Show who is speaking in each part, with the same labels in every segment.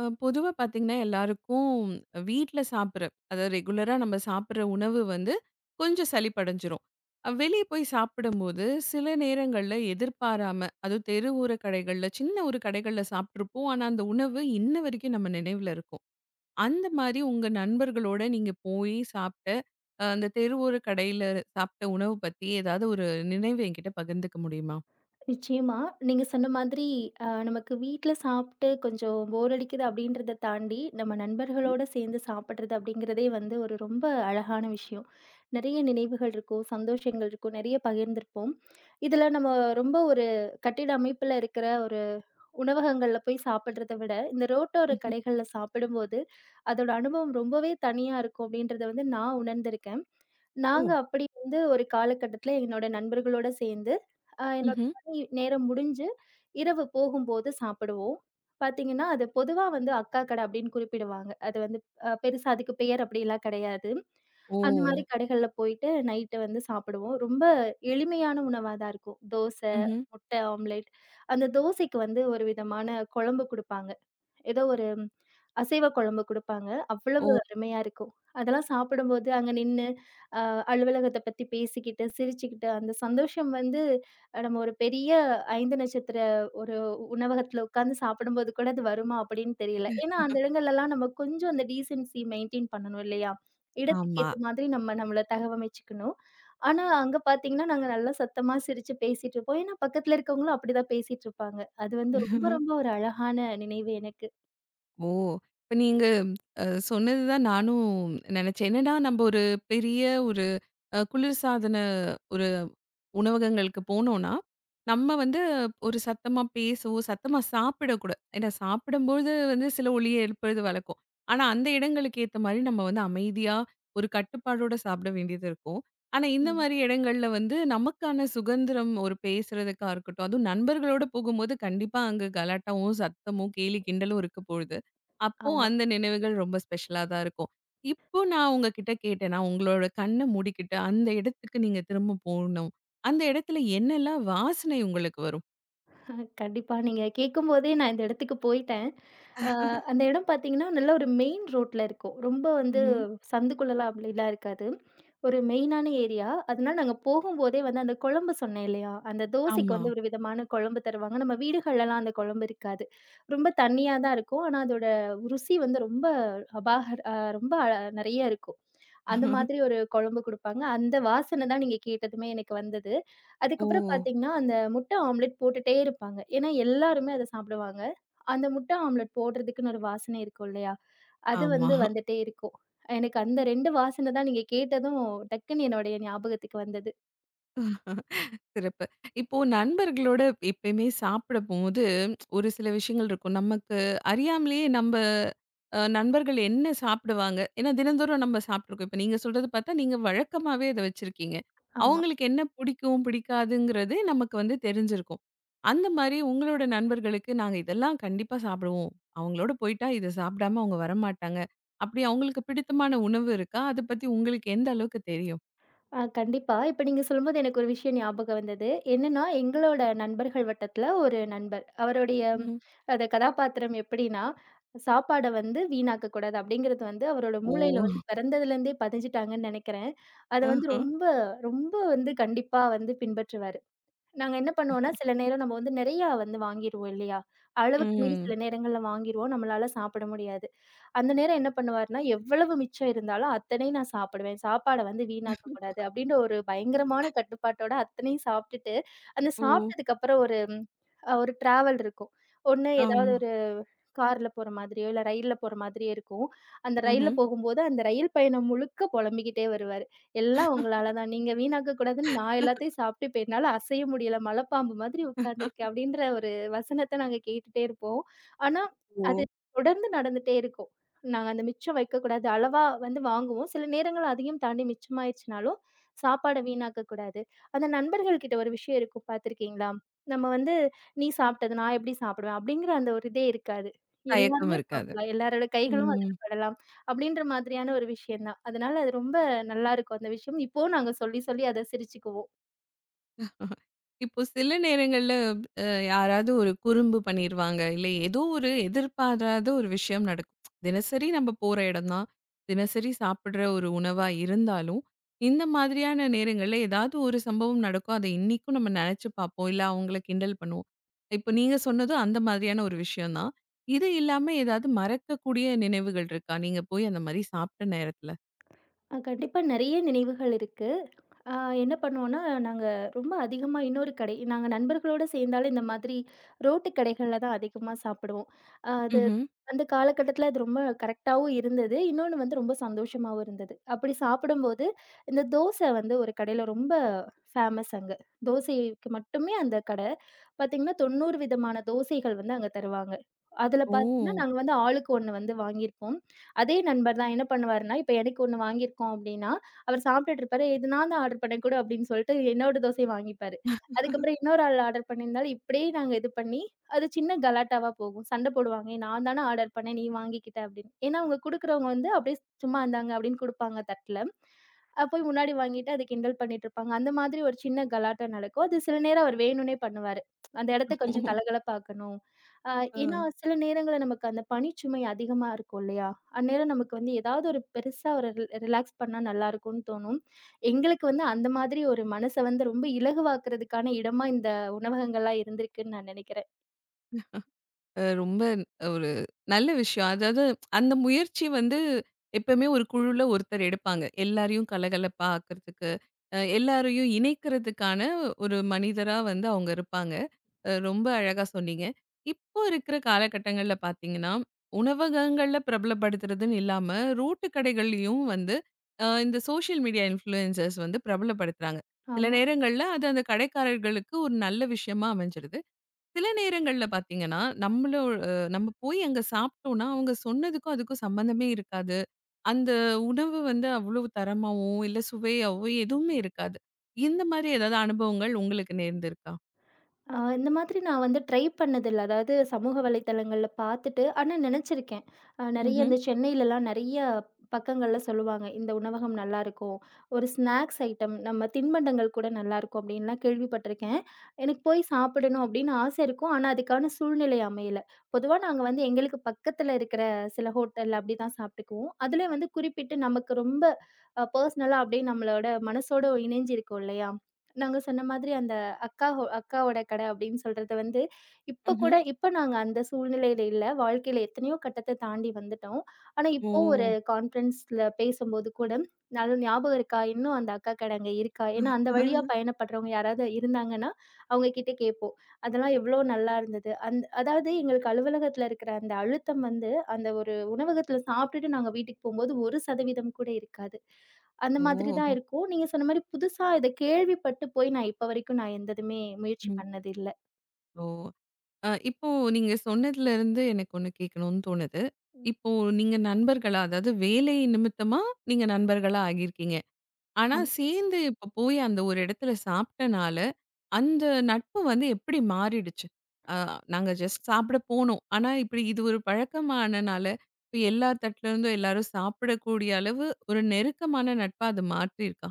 Speaker 1: பொதுவா பார்த்தீங்கன்னா, எல்லாருக்கும் வீட்ல சாப்பிடுற, அதாவது ரெகுலரா நம்ம சாப்பிடுற உணவு வந்து கொஞ்சம் சலிப்படைஞ்சிரும். வெளிய போய் சாப்பிடும்போது சில நேரங்கள்ல எதிர்பாராம, அதுவும் தெரு ஊர கடைகள்ல, சின்ன ஒரு கடைகள்ல சாப்பிட்டுருப்போம். ஆனா, அந்த உணவு இன்ன வரைக்கும் நம்ம நினைவுல இருக்கும். அந்த மாரி உங்க நண்பர்களோட நீங்க போய் சாப்பிட்ட, அந்த தெரு ஓர கடையில சாப்பிட்ட உணவு பத்தி ஏதாவது ஒரு நினைவு என்கிட்ட பகிர்ந்துக்க முடியுமா?
Speaker 2: நிச்சயமா. நீங்க சொன்ன மாதிரி நமக்கு வீட்ல சாப்பிட்டு கொஞ்சம் போர் அடிக்குது அப்படின்றத தாண்டி, நம்ம
Speaker 1: ம்.
Speaker 2: நண்பர்களோட சேர்ந்து சாப்பிடுறது அப்படிங்கிறதே வந்து ஒரு ரொம்ப அழகான விஷயம். நெறைய நினைவுகள் இருக்கும், சந்தோஷங்கள் இருக்கும், நெறைய பகிர்ந்திருப்போம். இதுல நம்ம ரொம்ப ஒரு கட்டிட அமைப்புல இருக்கிற ஒரு உணவகங்கள்ல போய் சாப்பிடுறத விட, இந்த ரோட்டோர
Speaker 1: ம்ஹ்ம்.
Speaker 2: கடைகள்ல சாப்பிடும்போது, அதோட அனுபவம் ரொம்பவே தனியா இருக்கும் அப்படின்றத வந்து நான் உணர்ந்திருக்கேன்.
Speaker 1: ஓ!
Speaker 2: நாங்க அப்படி வந்து ஒரு காலகட்டத்தில என்னோட நண்பர்களோட சேர்ந்து, என்னோட
Speaker 1: ம்ஹ்ம்.
Speaker 2: பணி நேரம் முடிஞ்சு, இரவு போகும்போது சாப்பிடுவோம். பார்த்தீங்கன்னா, அது பொதுவா வந்து அக்கா கடை அப்படின்னு குறிப்பிடுவாங்க. அது வந்து பெருசா அதுக்கு பெயர் அப்படிலாம் கிடையாது.
Speaker 1: ஓ!
Speaker 2: அந்த மாரி கடைகள்ல போயிட்டு நைட்டு வந்து சாப்பிடுவோம். ரொம்ப எளிமையான உணவா தான் இருக்கும். தோசை,
Speaker 1: ம்ஹ்ம்.
Speaker 2: முட்டை ஆம்லெட். அந்த தோசைக்கு வந்து ஒரு விதமான குழம்பு குடுப்பாங்க. ஏதோ ஒரு அசைவ குழம்பு குடுப்பாங்க. அவ்வளவு
Speaker 1: ஓ!
Speaker 2: அருமையா இருக்கும். அதெல்லாம் சாப்பிடும்போது அங்க நின்னு, அ அலுவலகத்த பத்தி பேசிக்கிட்டு, சிரிச்சுக்கிட்டு, அந்த சந்தோஷம் வந்து நம்ம ஒரு பெரிய 5 நட்சத்திர ஒரு உணவகத்துல உட்கார்ந்து சாப்பிடும்போது கூட அது வருமா அப்படின்னு தெரியல. ஏன்னா அந்த இடங்கள்லலாம் நம்ம கொஞ்சம் அந்த டீசென்சி மெயின்டெயின் பண்ணணும் இல்லையா? இடத்துக்கு
Speaker 1: ஆமா.
Speaker 2: ஏத்த மாதிரி நம்ம நம்மள தகவமைச்சுக்கணும். ஆனா அங்க பார்த்தீங்கன்னா, நாங்க நல்லா சத்தமா சிரிச்சு பேசிட்டு இருப்போம். ஏன்னா பக்கத்துல இருக்கவங்களும் அப்படிதான் பேசிட்டு இருப்பாங்க. அது வந்து ரொம்ப ரொம்ப ஒரு அழகான நினைவு எனக்கு.
Speaker 1: ஓ! இப்ப நீங்க சொன்னது தான் நானும் நெனச்சேன். என்னடா, நம்ப ஒரு பெரிய ஒரு குளிர்சாதன உணவகங்களுக்கு போனோம்னா, நம்ம வந்து ஒரு சத்தமா பேசவோ, சத்தமா சாப்பிடக்கூடாது. ஏன்னா சாப்பிடும்போது வந்து சில ஒலிய எழுப்புறது வழக்கம். ஆனா, அந்த இடங்களுக்கு ஏத்த மாரி நம்ம வந்து அமைதியா, ஒரு கட்டுப்பாடோட சாப்பிட வேண்டியது இருக்கும். ஆனா, இந்த
Speaker 2: ம்.
Speaker 1: மாரி இடங்கள்ல வந்து நமக்கான சுதந்திரம் ஒரு பேசுறதுக்கா இருக்கட்டும், அதுவும் நண்பர்களோட போகும்போது கண்டிப்பா அங்க கலாட்டாவும், சத்தமும், கேலி கிண்டலும் இருக்க போகுது. அப்போ
Speaker 2: ஆமா.
Speaker 1: அந்த நினைவுகள் ரொம்ப ஸ்பெஷலா தான் இருக்கும். இப்போ நான் உங்ககிட்ட கேட்டேன்னா, உங்களோட கண்ண மூடிக்கிட்டு அந்த இடத்துக்கு நீங்க திரும்ப போணும். அந்த இடத்துல என்னெல்லாம் வாசனை உங்களுக்கு வரும்?
Speaker 2: கண்டிப்பா. நீங்க கேட்கும்போதே நான் இந்த இடத்துக்கு போயிட்டேன். அ அந்த இடம் பார்த்தீங்கன்னா, நல்ல ஒரு மெயின் ரோட்ல இருக்கும். ரொம்ப வந்து
Speaker 1: ம்ஹ்ம்.
Speaker 2: சந்துக்குள்ளலாம் அப்படிலாம் இருக்காது. ஒரு மெயினான ஏரியா. அதனால நாங்க போகும்போதே வந்து அந்த குழம்பு சொன்னேன் இல்லையா? அந்த தோசைக்கு
Speaker 1: ஆமா.
Speaker 2: வந்து ஒரு விதமான குழம்பு தருவாங்க. நம்ம வீடுகள்லலாம் அந்த குழம்பு இருக்காது. ரொம்ப தண்ணியா தான் இருக்கும். ஆனா அதோட ருசி வந்து ரொம்ப அபாகர் ரொம்ப நெறைய இருக்கும். அந்த மாதிரி ஒரு குழம்பு குடுப்பாங்க. அந்த வாசனை தான் நீங்க கேட்டதுமே எனக்கு வந்தது.
Speaker 1: ஓ!
Speaker 2: அதுக்கப்புறம் பார்த்தீங்கன்னா, அந்த முட்டை ஆம்லெட் போட்டுட்டே இருப்பாங்க. ஏன்னா, எல்லாருமே அத சாப்பிடுவாங்க. அந்த முட்டை ஆம்லெட் போடுறதுக்குன்னு ஒரு வாசனை இருக்கும் இல்லையா? அது
Speaker 1: ஆமா.
Speaker 2: வந்து வந்துட்டே இருக்கும். எனக்கு அந்த 2 வாசனை தான் நீங்க கேட்டதும் டக்குன்னு என்னுடைய ஞாபகத்துக்கு வந்தது.
Speaker 1: சிறப்பு. இப்போ நண்பர்களோட எப்பயுமே சாப்பிடும்போது, ஒரு சில விஷயங்கள் இருக்கும். நமக்கு அறியாமலேயே நம்ப நண்பர்கள் என்ன சாப்பிடுவாங்க? ஏன்னா தினந்தோறும் நம்ம சாப்பிட்டுருக்கோம். இப்ப நீங்க சொல்றது பார்த்தா, நீங்க வழக்கமாவே அத வச்சிருக்கீங்க.
Speaker 2: ஆமா.
Speaker 1: அவங்களுக்கு என்ன பிடிக்கும், பிடிக்காதுங்கிறது நமக்கு வந்து தெரிஞ்சிருக்கும். அந்த மாரி உங்களோட நண்பர்களுக்கு, "நாங்க இதெல்லாம் கண்டிப்பா சாப்பிடுவோம். அவங்களோட போயிட்டா இத சாப்பிடாம அவங்க வரமாட்டாங்க." அப்படி அவங்களுக்கு பிடித்தமான உணவு இருக்கா? அத பத்தி உங்களுக்கு எந்த அளவுக்கு தெரியும்?
Speaker 2: ஆ கண்டிப்பா. இப்ப நீங்க சொல்லும்போது எனக்கு ஒரு விஷயம் ஞாபகம் வந்தது. என்னன்னா, எங்களோட நண்பர்கள் வட்டத்துல ஒரு நண்பர். அவருடைய
Speaker 1: ம்ஹ்ம்.
Speaker 2: அந்த கதாபாத்திரம் எப்படின்னா, சாப்பாட வந்து வீணாக்கக் கூடாது அப்படிங்கிறது வந்து அவரோட
Speaker 1: ஓ!
Speaker 2: மூளையில வந்து பிறந்ததுலேருந்தே பதிஞ்சுட்டாங்கன்னு நெனைக்கிறேன். அத வந்து
Speaker 1: ஆஹ.
Speaker 2: ரொம்ப, ரொம்ப வந்து கண்டிப்பா வந்து பின்பற்றுவாரு. நாங்க என்ன பண்ணுவோம்னா, சில நேரம் நம்ம வந்து நெறையா வந்து வாங்கிருவோம் இல்லையா? அளவுக்கு மீறி
Speaker 1: ம்.
Speaker 2: சில நேரங்கள்ல வாங்கிருவோம். நம்மளால சாப்பிட முடியாது. அந்த நேரம் என்ன பண்ணுவாருன்னா, எவ்வளவு மிச்சம் இருந்தாலும் அத்தனையும் நான் சாப்பிடுவேன். சாப்பாட வந்து வீணாக்கக் கூடாது அப்டின்ற ஒரு பயங்கரமான கட்டுப்பாட்டோட அத்தனையும் சாப்ட்டுட்டு, அந்த
Speaker 1: ஓ!
Speaker 2: சாப்ட்டதுக்கு அப்புறம் ஒரு ஒரு டிராவல் இருக்கும். ஒண்ணு ஏதாவது
Speaker 1: ஆமா.
Speaker 2: கார்ல போற மாதிரியோ, இல்ல ரயில்ல போற மாதிரியோ இருக்கும். அந்த ரயில்ல
Speaker 1: ம்ஹ்ம்.
Speaker 2: போகும்போது, அந்த ரயில் பயணம் முழுக்க புலம்பிக்கிட்டே வருவாரு. "எல்லாம் உங்களால தான். நீங்க வீணாக்க கூடாதுன்னு நான் எல்லாத்தையும் சாப்பிட்டு இப்ப என்னால அசைய முடியல. மலைப்பாம்பு மாதிரி உட்கார்ந்துருக்கேன்." அப்படின்ற ஒரு வசனத்த நாங்க கேட்டுட்டே இருப்போம். ஆனா,
Speaker 1: ஓ!
Speaker 2: அது தொடர்ந்து நடந்துட்டே இருக்கும். நாங்க அந்த மிச்சம் வைக்கக்கூடாது. அளவா வந்து வாங்குவோம். சில நேரங்கள் அதையும் தாண்டி மிச்சமாயிருச்சுனாலும், சாப்பாட வீணாக்க கூடாது. அந்த நண்பர்கள் கிட்ட ஒரு விஷயம் இருக்கும் பார்த்துருக்கீங்களா? நம்ம வந்து, "நீ சாப்பிட்டது நான் எப்படி சாப்பிடுவேன்?" அப்படிங்கிற அந்த ஒரு இதே இருக்காது.
Speaker 1: தயக்கம்
Speaker 2: எல்லாருமே
Speaker 1: இருக்காது.
Speaker 2: சாப்பிடலாம். எல்லாரோட கைகளும் ம்.
Speaker 1: ம்.
Speaker 2: அதுல படலாம். அப்படின்ற மாதிரியான ஒரு விஷயம் தான். அதனால அது ரொம்ப நல்லாருக்கும் அந்த விஷயம். இப்பவும் நாங்க சொல்லி சொல்லி அத சிரிச்சுக்குவோம்.
Speaker 1: இப்போ சில நேரங்கள்ல அ யாராவது ஒரு குறும்பு பண்ணிருவாங்க. இல்ல ஏதோ ஒரு எதிர்பாராத ஒரு விஷயம் நடக்கும். தினசரி நம்ம போற இடம் தான். தினசரி சாப்பிடுற ஒரு உணவா இருந்தாலும், இந்த மாதிரியான நேரங்கள்ல ஏதாவது ஒரு சம்பவம் நடக்கும். அத இன்னிக்கும் நம்ம நெனச்சு பார்ப்போம். இல்ல அவங்கள கிண்டல் பண்ணுவோம். இப்ப நீங்க சொன்னதும் அந்த மாதிரியான ஒரு விஷயம் தான். இது இல்லாம ஏதாவது மறக்கக்கூடிய நினைவுகள் இருக்கா? நீங்க போய் அந்த மாரி சாப்பிட்ட நேரத்துல?
Speaker 2: கண்டிப்பா நெறைய நினைவுகள் இருக்கு. அ என்ன பண்ணுவோம்னா, நாங்க ரொம்ப அதிகமா இன்னொரு கடை நாங்க நண்பர்களோட சேர்ந்தாலே இந்த மாதிரி ரோட்டு கடைகள்ல தான் அதிகமா சாப்பிடுவோம். அது
Speaker 1: ம்ஹ்ம்.
Speaker 2: அந்த காலகட்டத்தில அது ரொம்ப கரெக்ட்டாவும் இருந்தது. இன்னொன்னு வந்து ரொம்ப சந்தோஷமாவும் இருந்தது. அப்படி சாப்பிடும்போது, இந்த தோசை வந்து ஒரு கடையில ரொம்ப ஃபேமஸ் அங்க. தோசைக்கு மட்டுமே அந்த கடை. பாத்தீங்கன்னா, 90 விதமான தோசைகள் வந்து அங்க தருவாங்க. அதுல
Speaker 1: ஓ!
Speaker 2: பாத்தீங்கன்னா, நாங்க வந்து ஆளுக்கு 1 வந்து வாங்கியிருப்போம். அதே நண்பர் தான் என்ன பண்ணுவாருன்னா, இப்ப எனக்கு 1 வாங்கியிருக்கோம் அப்டின்னா, அவர் சாப்ட்டுட்டு இருப்பாரு. "இது நான் தான் ஆர்டர் பண்ணேன் குடு" அப்டின்னு சொல்லிட்டு என்னோட தோசைய வாங்கிப்பாரு. அதுக்கப்புறம் இன்னொரு ஆள் ஆர்டர் பண்ணியிருந்தாலும் இப்டியே நாங்க இது பண்ணி, அது சின்ன கலாட்டாவா போகும். சண்ட போடுவாங்க. "நான் தானே ஆர்டர் பண்ணேன், நீ வாங்கிக்கிட்ட" அப்டின்னு. ஏன்னா அவங்க குடுக்குறவங்க வந்து அப்டியே சும்மா "இந்தாங்க" அப்டின்னு குடுப்பாங்க தட்ல. போய் முன்னாடி வாங்கிட்டு அத கிண்டல் பண்ணிட்டு இருப்பாங்க. அந்த மாதிரி ஒரு சின்ன கலாட்டா நடக்கும். அது சில நேரம் அவர் வேணும்னே பண்ணுவாரு. அந்த இடத்த கொஞ்சம் கலகலப்பாக்கணும். அ
Speaker 1: ஆ.
Speaker 2: ஏன்னா, சில நேரங்கள்ல நமக்கு அந்த பணிச்சுமை அதிகமா இருக்கும் இல்லையா? அந்நேரம் நமக்கு வந்து ஏதாவது ஒரு பெருசா ஒரு ரிலாக்ஸ் பண்ணா நல்லாயிருக்கும்னு தோணும். எங்களுக்கு வந்து அந்த மாதிரி ஒரு மனச வந்து ரொம்ப இலகுவாக்குறதுக்கான இடமா இந்த உணவகங்கள்லாம் இருந்திருக்குன்னு நான் நெனைக்கிறேன்.
Speaker 1: ரொம்ப ஒரு நல்ல விஷயம். அதாவது அந்த முயற்சி வந்து எப்பவுமே ஒரு குழுல ஒருத்தர் எடுப்பாங்க. எல்லாரையும் கலகலப்பா ஆக்குறதுக்கு, எல்லாரையும் இணைக்கிறதுக்கான ஒரு மனிதரா வந்து அவங்க இருப்பாங்க. ரொம்ப அழகா சொன்னீங்க. இப்போ இருக்கிற காலகட்டங்கள்ல பார்த்தீங்கன்னா, உணவகங்கள்ல பிரபலப்படுத்துறதுன்னு இல்லாம, ரோட்டு கடைகள்லயும் வந்து இந்த சோஷியல் மீடியா இன்ஃப்ளூயன்சர்ஸ் வந்து பிரபலப்படுத்துறாங்க. சில
Speaker 2: ஆமா.
Speaker 1: நேரங்கள்ல அது அந்த கடைக்காரர்களுக்கு ஒரு நல்ல விஷயமா அமைஞ்சிருது. சில நேரங்கள்ல பார்த்தீங்கன்னா, நம்மளோ நம்ம போய் அங்க சாப்பிட்டோம்னா, அவங்க சொன்னதுக்கும் அதுக்கும் சம்மந்தமே இருக்காது. அந்த உணவு வந்து அவ்வளவு தரமாவோ, இல்ல சுவையாவோ எதுவுமே இருக்காது. இந்த மாதிரி ஏதாவது அனுபவங்கள் உங்களுக்கு நேர்ந்திருக்கா?
Speaker 2: ஆ இந்த மாதிரி நான் வந்து ட்ரை பண்ணதில்ல. அதாவது சமூக வலைதளங்கள்ல பார்த்துட்டு, ஆனா நெனச்சிருக்கேன். நெறைய
Speaker 1: ம்ஹ்ம்,
Speaker 2: இந்த சென்னையிலலாம் நெறைய பக்கங்கள்ல சொல்லுவாங்க. இந்த உணவகம் நல்லாருக்கும். ஒரு ஸ்நாக்ஸ் ஐட்டம் நம்ம தின்பண்டங்கள் கூட நல்லாருக்கும் அப்டின்லாம் கேள்விப்பட்டிருக்கேன். எனக்கு போய் சாப்பிடணும் அப்டின்னு ஆசை இருக்கும். ஆனா அதுக்கான சூழ்நிலை அமையல. பொதுவா நாங்க வந்து எங்களுக்கு பக்கத்துல இருக்கிற சில ஹோட்டல்ல அப்டிதான் சாப்ட்டுக்குவோம். அதுல வந்து குறிப்பிட்டு நமக்கு ரொம்ப பர்சனலா அப்டியே நம்மளோட மனசோட இணைஞ்சிருக்கும் இல்லையா? நாங்க சொன்ன மாதிரி அந்த அக்கா அக்காவோட கடை அப்படின்னு சொல்றது வந்து இப்ப கூட
Speaker 1: ம்ஹ்ம்.
Speaker 2: இப்ப நாங்க அந்த சூழ்நிலையில இல்ல. வாழ்க்கையில எத்தனையோ கட்டத்த தாண்டி வந்துட்டோம். ஆனா
Speaker 1: ஓ!
Speaker 2: இப்போ ஒரு கான்ஃபரன்ஸ்ல பேசும்போது கூட, நல்ல ஞாபகம் இருக்கா? இன்னும் அந்த அக்கா கடை அங்க இருக்கா? ஏன்னா அந்த வழியா பயணப்படுறவங்க யாராவது இருந்தாங்கன்னா, அவங்க கிட்ட கேட்போம். அதெல்லாம் எவ்வளோ நல்லா இருந்தது. அதாவது எங்களுக்கு அலுவலகத்துல இருக்கிற அந்த அழுத்தம் வந்து, அந்த ஒரு உணவகத்துல சாப்பிட்டுட்டு நாங்க வீட்டுக்கு போம்போது 1% கூட இருக்காது. அந்த
Speaker 1: ஓ!
Speaker 2: மாதிரி தான் இருக்கும். நீங்க சொன்ன மாரி புதுசா இத கேள்விப்பட்டு போய் நான் இப்ப வரைக்கும் நான் எந்த இதுமே முயற்சி
Speaker 1: ம்.
Speaker 2: பண்ணது இல்ல.
Speaker 1: ஓ! இப்போ நீங்க சொன்னதுலருந்து எனக்கு ஒண்ணு கேட்கணும்னு தோணுது. இப்போ நீங்க நண்பர்களா, அதாவது வேலை நிமித்தமா நீங்க நண்பர்களா ஆகியிருக்கீங்க. ஆனா சேர்ந்து இப்போ போய் அந்த ஒரு இடத்துல சாப்பிட்டனால, அந்த நட்பு வந்து எப்படி மாறிடுச்சு? அ நாங்க ஜஸ்ட் சாப்பிட போனோம். ஆனா, இப்படி இது ஒரு பழக்கமானனால, இப்ப எல்லார் தட்டுலருந்தும் எல்லாரும் சாப்பிடக்கூடிய அளவு ஒரு நெருக்கமான நட்பா அது மாற்றியிருக்கா?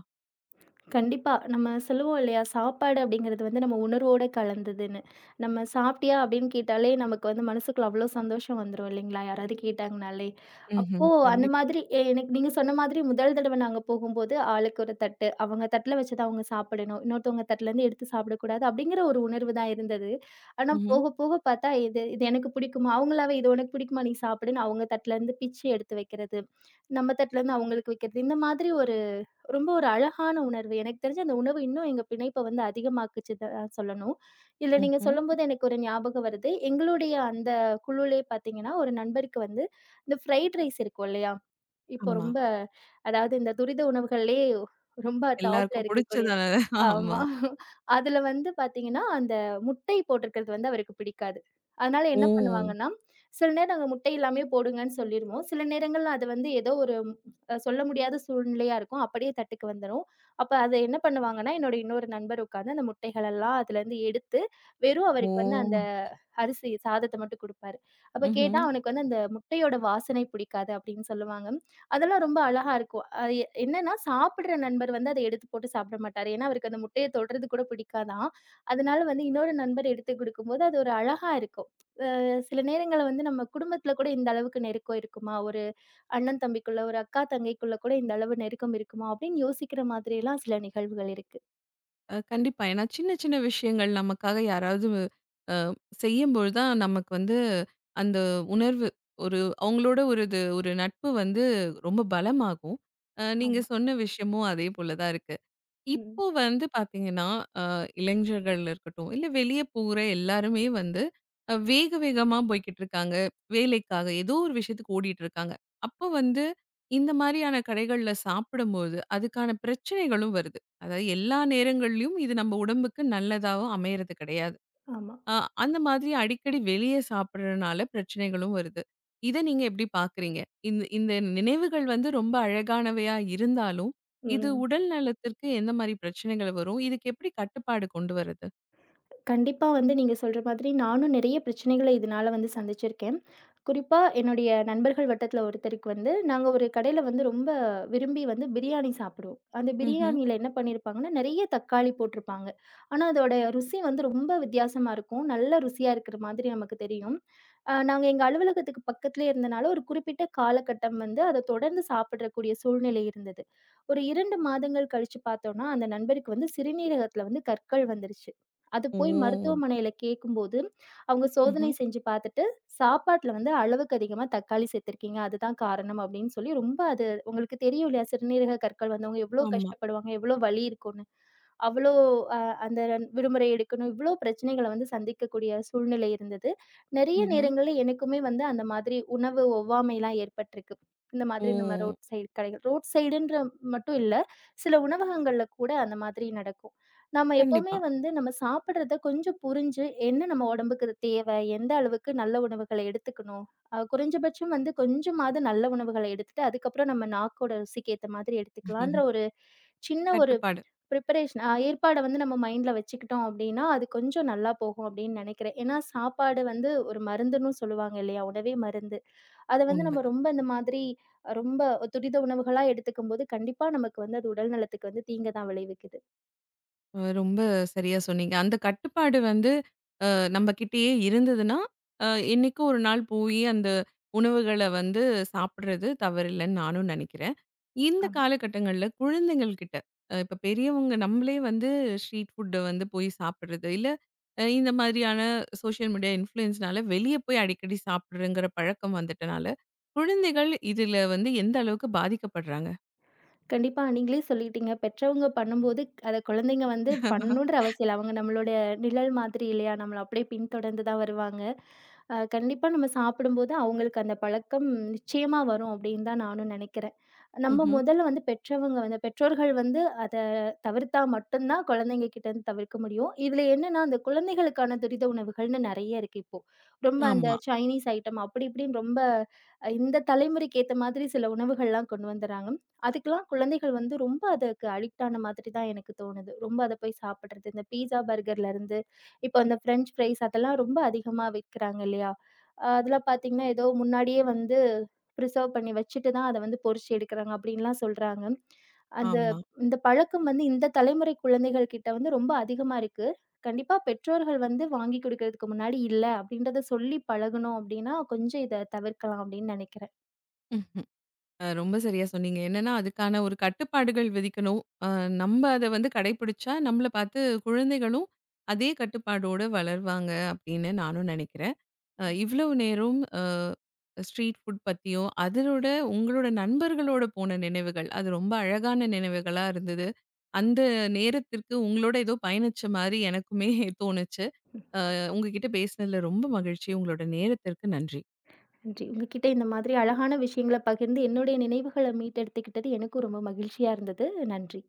Speaker 2: கண்டிப்பா. நம்ம சொல்லுவோம் இல்லையா? சாப்பாடு அப்படிங்கிறது வந்து நம்ம உணர்வோட கலந்ததுன்னு. நம்ம "சாப்பிட்டியா?" அப்படின்னு கேட்டாலே நமக்கு வந்து மனசுக்குள்ள அவ்வளோ சந்தோஷம் வந்துரும் இல்லைங்களா? யாராவது கேட்டாங்கனாலே. அப்போ
Speaker 1: ம்ஹ்ம்.
Speaker 2: அந்த மாதிரி எனக்கு நீங்க சொன்ன மாதிரி முதல் தடவ நாங்க போகும்போது, ஆளுக்கு ஒரு தட்டு. அவங்க தட்டுல வச்சதான் அவங்க சாப்பிடணும். இன்னொருத்தவங்க தட்டுலேருந்து எடுத்து சாப்பிடக்கூடாது அப்படிங்கிற ஒரு உணர்வு தான் இருந்தது. ஆனா
Speaker 1: ம்ஹ்ம்.
Speaker 2: போக போக பார்த்தா, இது இது எனக்கு பிடிக்குமா? அவங்களாவே "இது உனக்கு பிடிக்குமா? நீ சாப்பிடுன்னு" அவங்க தட்டுலேருந்து பிச்சு எடுத்து வைக்கிறது. நம்ம தட்டுலேருந்து அவங்களுக்கு வைக்கிறது. இந்த மாதிரி ஒரு ரொம்ப ஒரு அழகான உணர்வு. எனக்கு தெரிஞ்சு அந்த உணவு இன்னும் எங்க பிணைப்ப வந்து அதிகமாக்குச்சுன்னு தான் சொல்லணும். இதுல நீங்க
Speaker 1: ம்ஹ்ம்.
Speaker 2: சொல்லும்போது எனக்கு ஒரு ஞாபகம் வருது. எங்களுடைய அந்த குழுலே பார்த்தீங்கன்னா, ஒரு நண்பருக்கு வந்து இந்த ஃப்ரைட் ரைஸ் இருக்கும் இல்லையா? இப்போ
Speaker 1: ஆமா.
Speaker 2: ரொம்ப அதாவது இந்த துரித உணவுகள்லயே ரொம்ப டாப்ல
Speaker 1: எல்லாருக்கும்
Speaker 2: இருக்கக்கூடிய
Speaker 1: புடிச்சதால.
Speaker 2: ஆமா.
Speaker 1: ஆமா.
Speaker 2: அதுல வந்து பாத்தீங்கன்னா, அந்த முட்டை போட்டிருக்கிறது வந்து அவருக்கு பிடிக்காது. அதனால என்ன
Speaker 1: ஓ!
Speaker 2: பண்ணுவாங்கன்னா, சில நேரம் நாங்க முட்டை இல்லாமயே போடுங்கன்னு சொல்லிருவோம். சில நேரங்கள்ல அது வந்து ஏதோ ஒரு சொல்ல முடியாத சூழ்நிலையா இருக்கும். அப்படியே தட்டுக்கு வந்துரும். அப்ப அத என்ன பண்ணுவாங்கன்னா, என்னோட இன்னொரு நண்பர் உட்கார்ந்து அந்த முட்டைகளெல்லாம் அதுலருந்து எடுத்து, வெறும்
Speaker 1: ஓ!
Speaker 2: அவருக்கு வந்து அந்த அரிசி சாதத்த மட்டும் குடுப்பாரு. அப்ப கேட்டா
Speaker 1: ம்ஹ்ம்.
Speaker 2: அவனுக்கு வந்து அந்த முட்டையோட வாசனை பிடிக்காது அப்டின்னு சொல்லுவாங்க. அதெல்லாம் ரொம்ப அழகா இருக்கும். அது என்னன்னா சாப்பிடுற நண்பர் வந்து அத எடுத்து போட்டு சாப்பிட மாட்டாரு. ஏன்னா அவருக்கு அந்த முட்டைய தொடுறது கூட பிடிக்காதாம். அதனால வந்து இன்னொரு நண்பர் எடுத்து குடுக்கும்போது அது ஒரு அழகா இருக்கும். சில நேரங்கள்ல வந்து நம்ம குடும்பத்துல கூட இந்த அளவுக்கு நெருக்கம் இருக்குமா? ஒரு அண்ணன் தம்பிக்குள்ள, ஒரு அக்கா தங்கைக்குள்ள கூட இந்த அளவு நெருக்கம் இருக்குமா? அப்டின்னு யோசிக்கிற மாதிரியெல்லாம் சில நிகழ்வுகள் இருக்கு.
Speaker 1: கண்டிப்பா. ஏன்னா சின்ன சின்ன விஷயங்கள் நமக்காக யாராவது அ செய்யும்பொழுது தான் நமக்கு வந்து அந்த உணர்வு ஒரு அவங்களோட ஒரு இது ஒரு நட்பு வந்து ரொம்ப பலமாகும். நீங்க
Speaker 2: ஆமா.
Speaker 1: சொன்ன விஷயமும் அதே போல தான் இருக்கு.
Speaker 2: ம்.
Speaker 1: இப்போ வந்து பார்த்தீங்கன்னா, அ இளைஞர்கள் இருக்கட்டும், இல்ல வெளிய போற எல்லாருமே வந்து வேக வேகமா போய்க்கிட்டு இருக்காங்க. வேலைக்காக ஏதோ ஒரு விஷயத்துக்கு ஓடிட்டு இருக்காங்க. அப்போ வந்து இந்த மாரியான கடைகள்ல சாப்பிடும்போது, அதுக்கான பிரச்சனைகளும் வருது. அதாவது எல்லா நேரங்கள்லயும் இது நம்ம உடம்புக்கு நல்லதாவும் அமையறது கிடையாது.
Speaker 2: ஆமா.
Speaker 1: அ அந்த மாதிரி அடிக்கடி வெளிய சாப்பிடுறனால பிரச்சனைகளும் வருது. இத நீங்க எப்படி பார்க்குறீங்க? இந்த இந்த நினைவுகள் வந்து ரொம்ப அழகானவையா இருந்தாலும், இது
Speaker 2: ம்.
Speaker 1: உடல் நலத்திற்கு எந்த மாரி பிரச்சனைகள் வரும்? இதுக்கு எப்படி கட்டுப்பாடு கொண்டு வர்றது?
Speaker 2: கண்டிப்பா வந்து நீங்க சொல்ற மாதிரி நானும் நிறைய பிரச்சனைகள இதனால வந்து சந்திச்சிருக்கேன். குறிப்பா என்னுடைய நண்பர்கள் வட்டத்துல ஒருத்தருக்கு வந்து, நாங்க ஒரு கடையில வந்து ரொம்ப விரும்பி வந்து பிரியாணி சாப்பிடுவோம். அந்த
Speaker 1: ம்ஹ்ம்.
Speaker 2: பிரியாணியில என்ன பண்ணியிருப்பாங்கன்னா, நிறைய தக்காளி போட்டிருப்பாங்க. ஆனா அதோட ருசி வந்து ரொம்ப வித்தியாசமா இருக்கும். நல்ல ருசியா இருக்கிற மாதிரி நமக்கு தெரியும். நாங்க எங்க அலுவலகத்துக்கு பக்கத்திலேயே இருந்தனால, ஒரு குறிப்பிட்ட காலகட்டம் வந்து அத தொடர்ந்து சாப்பிடக்கூடிய சூழ்நிலை இருந்தது. ஒரு 2 மாதங்கள் கழிச்சு பார்த்தோம்னா, அந்த நண்பருக்கு வந்து சிறுநீரகத்துல வந்து கற்கள் வந்துருச்சு. அது
Speaker 1: ஓ!
Speaker 2: போய் மருத்துவமனையில கேட்கும்போது, அவங்க சோதனை
Speaker 1: ம்ஹ்ம்.
Speaker 2: செஞ்சு பார்த்துட்டு, சாப்பாட்ல வந்து அளவுக்கு அதிகமா தக்காளி சேர்த்திருக்கீங்க. அதுதான் காரணம் அப்படின்னு சொல்லி ரொம்ப அது உங்களுக்கு தெரியும் இல்லையா? சிறுநீரக கற்கள் வந்தவங்க எவ்வளோ
Speaker 1: ஆமா.
Speaker 2: கஷ்டப்படுவாங்க, எவ்வளோ வலி இருக்கும்னு. அவ்ளோ அ அந்த விடுமுறை எடுக்கணும். இவ்ளோ பிரச்சனைகள வந்து சந்திக்கக்கூடிய சூழ்நிலை இருந்தது. நெறைய
Speaker 1: ம்ஹ்ம்.
Speaker 2: நேரங்கள்ல எனக்குமே வந்து அந்த மாதிரி உணவு ஒவ்வாமைலாம் ஏற்பட்டிருக்கு. இந்த
Speaker 1: ஓ!
Speaker 2: மாதிரி நம்ம ரோட் சைடு கடைகள் ரோட் சைடுன்ற மட்டும் இல்ல. சில உணவகங்கள்ல கூட அந்த மாதிரி நடக்கும். நம்ம எப்பவுமே
Speaker 1: கண்டிப்பா.
Speaker 2: வந்து நம்ம சாப்பிடுறத கொஞ்சம் புரிஞ்சு, என்ன நம்ம உடம்புக்கு தேவை? எந்த அளவுக்கு நல்ல உணவுகள எடுத்துக்கணும்? குறைஞ்சபட்சம் வந்து கொஞ்சமாவது நல்ல உணவுகள எடுத்துட்டு, அதுக்கப்புறம் நம்ம நாக்கோட ருசிக்கு ஏத்த மாதிரி எடுத்துக்கலான்ற
Speaker 1: ம்ஹும்.
Speaker 2: ஒரு சின்ன ஒரு
Speaker 1: கட்டுப்பாடு.
Speaker 2: ப்ரிப்பரேஷன் ஏற்பாட வந்து நம்ம மைண்ட்ல வச்சுக்கிட்டோம் அப்டின்னா, அது கொஞ்சம் நல்லா போகும் அப்டின்னு நெனைக்கிறேன். ஏன்னா, சாப்பாடு வந்து ஒரு மருந்துன்னும் சொல்லுவாங்க இல்லையா? உணவே மருந்து. அத வந்து நம்ம
Speaker 1: உண்மதான்.
Speaker 2: ரொம்ப இந்த மாதிரி ரொம்ப துரித உணவுகளா எடுத்துக்கும்போது, கண்டிப்பா நமக்கு வந்து அது உடல் நலத்துக்கு வந்து தீங்க தான் விளைவிக்குது.
Speaker 1: ரொம்ப சரியா சொன்னீங்க. அந்த கட்டுப்பாடு வந்து நம்ம கிட்டயே இருந்ததுன்னா, அ என்னைக்கோ ஒரு நாள் போயி அந்த உணவுகள வந்து சாப்பிடுறது தவறில்லன்னு நானும் நினைக்கிறேன். இந்த
Speaker 2: ஆமா.
Speaker 1: காலகட்டங்கள்ல குழந்தைகள் கிட்ட, இப்ப பெரியவங்க நம்மளே வந்து ஸ்ட்ரீட் ஃபுட்ட வந்து போய் சாப்பிடுறது, இல்ல இந்த மாதிரியான சோஷியல் மீடியா இன்ஃப்ளூயன்ஸ்னால வெளிய போய் அடிக்கடி சாப்பிடுறங்கிற பழக்கம் வந்துட்டனால, குழந்தைகள் இதுல வந்து எந்த அளவுக்கு பாதிக்கப்படுறாங்க?
Speaker 2: கண்டிப்பா நீங்களே சொல்லிட்டீங்க. பெற்றவங்க பண்ணும்போது அத குழந்தைங்க வந்து பண்ணணுன்ற அவசியம் இல்ல. அவங்க நம்மளுடைய நிழல் மாதிரி இல்லையா? நம்மள அப்டியே பின்தொடர்ந்து தான் வருவாங்க. கண்டிப்பா நம்ம சாப்பிடும்போது அவங்களுக்கு அந்த பழக்கம் நிச்சயமா வரும் அப்டின்னு தான் நானும் நெனைக்கிறேன். நம்ம
Speaker 1: ம்ஹ்ம்.
Speaker 2: முதல்ல வந்து பெற்றவங்க வந்து பெற்றோர்கள் வந்து அத தவிர்த்தா மட்டும் தான் குழந்தைங்க கிட்ட இருந்து தவிர்க்க முடியும். இதுல என்னன்னா, அந்த குழந்தைகளுக்கான துரித உணவுகள்னு நெறைய இருக்கு இப்போ. ரொம்ப அந்த
Speaker 1: ஆமா,
Speaker 2: சைனீஸ் ஐட்டம் அப்படி இப்படின்னு ரொம்ப இந்த தலைமுறைக்கு ஏத்த மாதிரி சில உணவுகள்லாம் கொண்டு வந்துர்றாங்க. அதுக்கெல்லாம் குழந்தைகள் வந்து ரொம்ப அதுக்கு அடிக்ட் ஆன மாதிரி தான் எனக்கு தோணுது. ரொம்ப அத போய் சாப்பிடுறது. இந்த பீஸா, பர்கர்ல இருந்து இப்போ அந்த ஃப்ரெஞ்ச் ஃப்ரைஸ் அதெல்லாம் ரொம்ப அதிகமா விக்கிறாங்க இல்லையா? அதெல்லாம் பார்த்தீங்கன்னா, ஏதோ முன்னாடியே வந்து ப்ரிசர்வ் பண்ணி வச்சுட்டு தான் அத வந்து பொரிச்சு எடுக்குறாங்க அப்டின்லாம் சொல்றாங்க. அந்த
Speaker 1: ஆமா.
Speaker 2: இந்த பழக்கம் வந்து இந்த தலைமுறை குழந்தைகள் கிட்ட வந்து ரொம்ப அதிகமா இருக்கு. கண்டிப்பா பெற்றோர்கள் வந்து வாங்கி குடுக்குறதுக்கு முன்னாடி இல்ல அப்டின்றத சொல்லி பழகணும் அப்டின்னா, கொஞ்சம் இத தவிர்க்கலாம் அப்டின்னு நெனைக்கிறேன்.
Speaker 1: ரொம்ப சரியா சொன்னீங்க. என்னன்னா, அதுக்கான ஒரு கட்டுப்பாடுகள் விதிக்கணும். நம்ம அத வந்து கடைபிடிச்சா, நம்மள பார்த்து குழந்தைகளும் அதே கட்டுப்பாடோட வளர்வாங்க அப்படின்னு நானும் நினைக்கிறேன். இவ்வளவு நேரம் ஸ்ட்ரீட் ஃபுட் பத்தியும், அதனோட உங்களோட நண்பர்களோட போன நினைவுகள், அது ரொம்ப அழகான நினைவுகளா இருந்தது. அந்த நேரத்திற்கு உங்களோட ஏதோ பயணிச்ச மாரி எனக்குமே தோணுச்சு. உங்ககிட்ட பேசினதுல ரொம்ப மகிழ்ச்சி. உங்களோட நேரத்திற்கு நன்றி.
Speaker 2: நன்றி. உங்ககிட்ட இந்த மாதிரி அழகான விஷயங்கள பகிர்ந்து என்னுடைய நினைவுகள மீட்டெடுத்துக்கிட்டது எனக்கும் ரொம்ப மகிழ்ச்சியா இருந்தது. நன்றி.